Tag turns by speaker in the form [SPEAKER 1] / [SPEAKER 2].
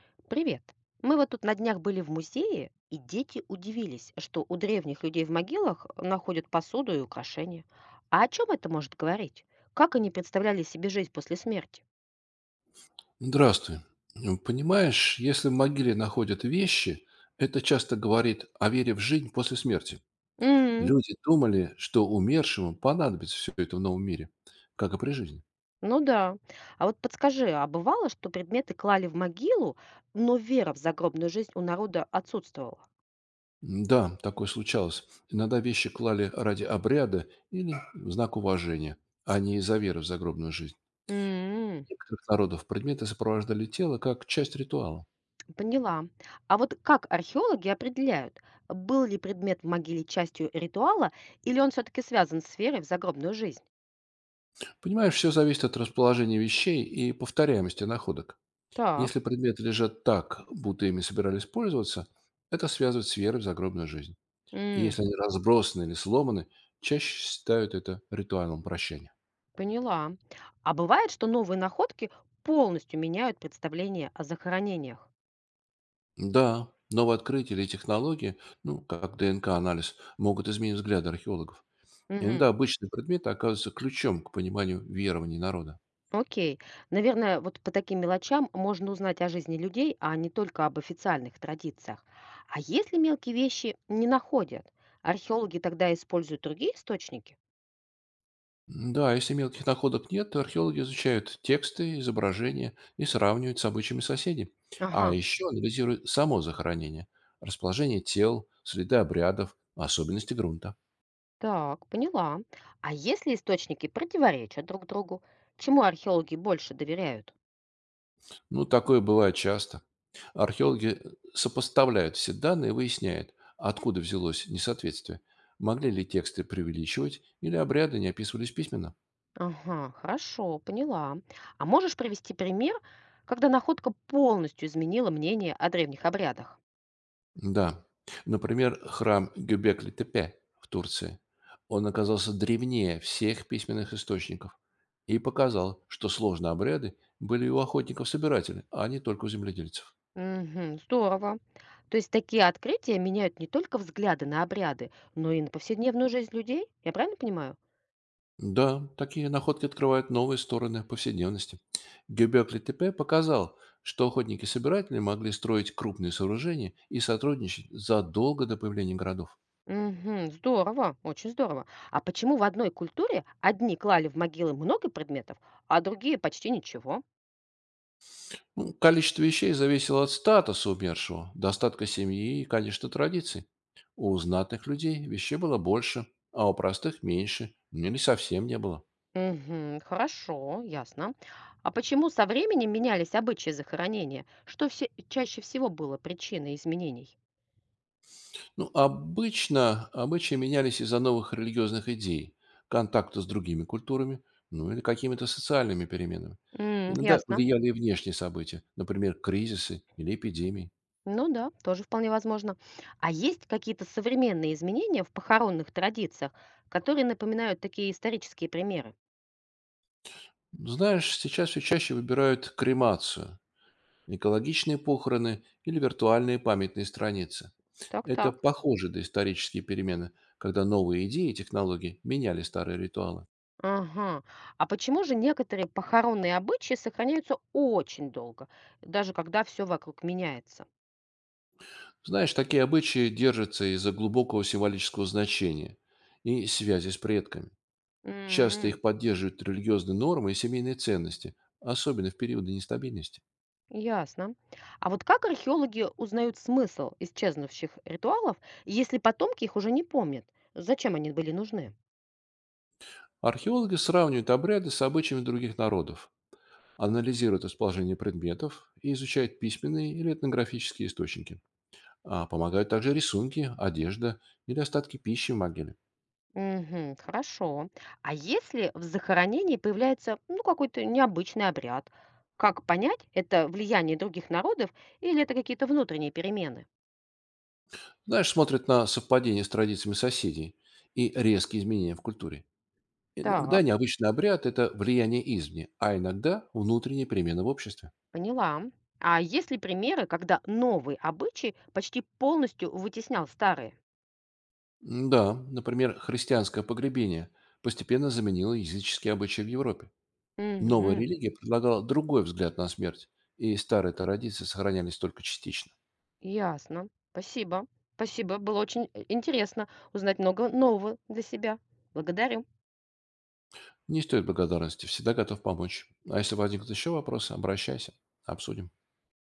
[SPEAKER 1] Привет. Мы вот тут на днях были в музее, и дети удивились, что у древних людей в могилах находят посуду и украшения. А о чем это может говорить? Как они представляли себе жизнь после смерти?
[SPEAKER 2] Здравствуй. Понимаешь, если в могиле находят вещи, это часто говорит о вере в жизнь после смерти.
[SPEAKER 1] М,
[SPEAKER 2] Люди думали, что умершему понадобится все это в новом мире, как и при жизни.
[SPEAKER 1] ну да. А вот подскажи, а бывало, что предметы клали в могилу, но вера в загробную жизнь у народа отсутствовала?
[SPEAKER 2] Да, такое случалось. Иногда вещи клали ради обряда или в знак уважения, а не из-за веры в загробную жизнь.
[SPEAKER 1] М,
[SPEAKER 2] В некоторых народов предметы сопровождали тело как часть ритуала.
[SPEAKER 1] поняла. А вот как археологи определяют, был ли предмет в могиле частью ритуала, или он все-таки связан с верой в загробную жизнь?
[SPEAKER 2] Понимаешь, все зависит от расположения вещей и повторяемости находок. Если
[SPEAKER 1] Так.
[SPEAKER 2] предметы лежат так, будто ими собирались пользоваться, это связывают с верой в загробную жизнь. И
[SPEAKER 1] М,
[SPEAKER 2] если они разбросаны или сломаны, чаще считают это ритуалом прощания.
[SPEAKER 1] поняла. А бывает, что новые находки полностью меняют представление о захоронениях?
[SPEAKER 2] Да, новые открытия или технологии, ну, как ДНК-анализ, могут изменить взгляды археологов.
[SPEAKER 1] Мгм.
[SPEAKER 2] Иногда обычные предметы оказываются ключом к пониманию верований народа.
[SPEAKER 1] Окей. Наверное, вот по таким мелочам можно узнать о жизни людей, а не только об официальных традициях. А если мелкие вещи не находят, археологи тогда используют другие источники?
[SPEAKER 2] Да, если мелких находок нет, то археологи изучают тексты, изображения и сравнивают с обычаями соседей. А
[SPEAKER 1] Ага,
[SPEAKER 2] еще анализируют само захоронение, расположение тел, следы обрядов, особенности грунта.
[SPEAKER 1] так, поняла. А если источники противоречат друг другу, чему археологи больше доверяют?
[SPEAKER 2] Ну, такое бывает часто. Археологи сопоставляют все данные и выясняют, откуда взялось несоответствие. Могли ли тексты преувеличивать или обряды не описывались письменно.
[SPEAKER 1] Ага, хорошо, поняла. А можешь привести пример, когда находка полностью изменила мнение о древних обрядах?
[SPEAKER 2] Да. Например, храм Гюбекли тепе в Турции. Он оказался древнее всех письменных источников и показал, что сложные обряды были и у охотников-собирателей, а не только у земледельцев.
[SPEAKER 1] Угу, здорово. То есть такие открытия меняют не только взгляды на обряды, но и на повседневную жизнь людей? Я правильно понимаю?
[SPEAKER 2] Да, такие находки открывают новые стороны повседневности. Гюбекли тепе показал, что охотники-собиратели могли строить крупные сооружения и сотрудничать задолго до появления городов.
[SPEAKER 1] Угу, здорово, очень здорово. А почему в одной культуре одни клали в могилы много предметов, а другие почти ничего?
[SPEAKER 2] Ну, количество вещей зависело от статуса умершего, достатка семьи и, конечно, традиций. У знатных людей вещей было больше, а у простых меньше, ну, или совсем не было.
[SPEAKER 1] Мгм. Хорошо, ясно. А почему со временем менялись обычаи захоронения? Что все, чаще всего было причиной изменений?
[SPEAKER 2] Ну, обычно обычаи менялись из-за новых религиозных идей, контакта с другими культурами, ну или какими-то социальными переменами.
[SPEAKER 1] М,
[SPEAKER 2] Иногда
[SPEAKER 1] ясно.
[SPEAKER 2] влияли и внешние события, например, кризисы или эпидемии.
[SPEAKER 1] Ну да, тоже вполне возможно. А есть какие-то современные изменения в похоронных традициях, которые напоминают такие исторические примеры?
[SPEAKER 2] Знаешь, сейчас все чаще выбирают кремацию, экологичные похороны или виртуальные памятные страницы. Это
[SPEAKER 1] Так-так.
[SPEAKER 2] похоже на исторические перемены, когда новые идеи и технологии меняли старые ритуалы.
[SPEAKER 1] Ага. А почему же некоторые похоронные обычаи сохраняются очень долго, даже когда все вокруг меняется?
[SPEAKER 2] Знаешь, такие обычаи держатся из-за глубокого символического значения и связи с предками. Часто их поддерживают религиозные нормы и семейные ценности, особенно в периоды нестабильности.
[SPEAKER 1] Ясно. А вот как археологи узнают смысл исчезнувших ритуалов, если потомки их уже не помнят? Зачем они были нужны?
[SPEAKER 2] Археологи сравнивают обряды с обычаями других народов, анализируют расположение предметов и изучают письменные или этнографические источники. А помогают также рисунки, одежда или остатки пищи в могиле.
[SPEAKER 1] Угу, хорошо. А если в захоронении появляется ну, какой-то необычный обряд, как понять, это влияние других народов или это какие-то внутренние перемены?
[SPEAKER 2] Знаешь, смотрят на совпадение с традициями соседей и резкие изменения в культуре. Иногда
[SPEAKER 1] Так,
[SPEAKER 2] необычный обряд– это влияние извне, а иногда внутренние перемены в обществе.
[SPEAKER 1] поняла. А есть ли примеры, когда новый обычай почти полностью вытеснял старые?
[SPEAKER 2] Да, например, христианское погребение постепенно заменило языческие обычаи в Европе. Новая
[SPEAKER 1] Мгм.
[SPEAKER 2] религия предлагала другой взгляд на смерть, и старые традиции сохранялись только частично.
[SPEAKER 1] Ясно. Спасибо. Спасибо. Было очень, интересно узнать много нового для себя. Благодарю.
[SPEAKER 2] Не стоит благодарности, всегда готов помочь. А если возникнут еще вопросы, обращайся, обсудим.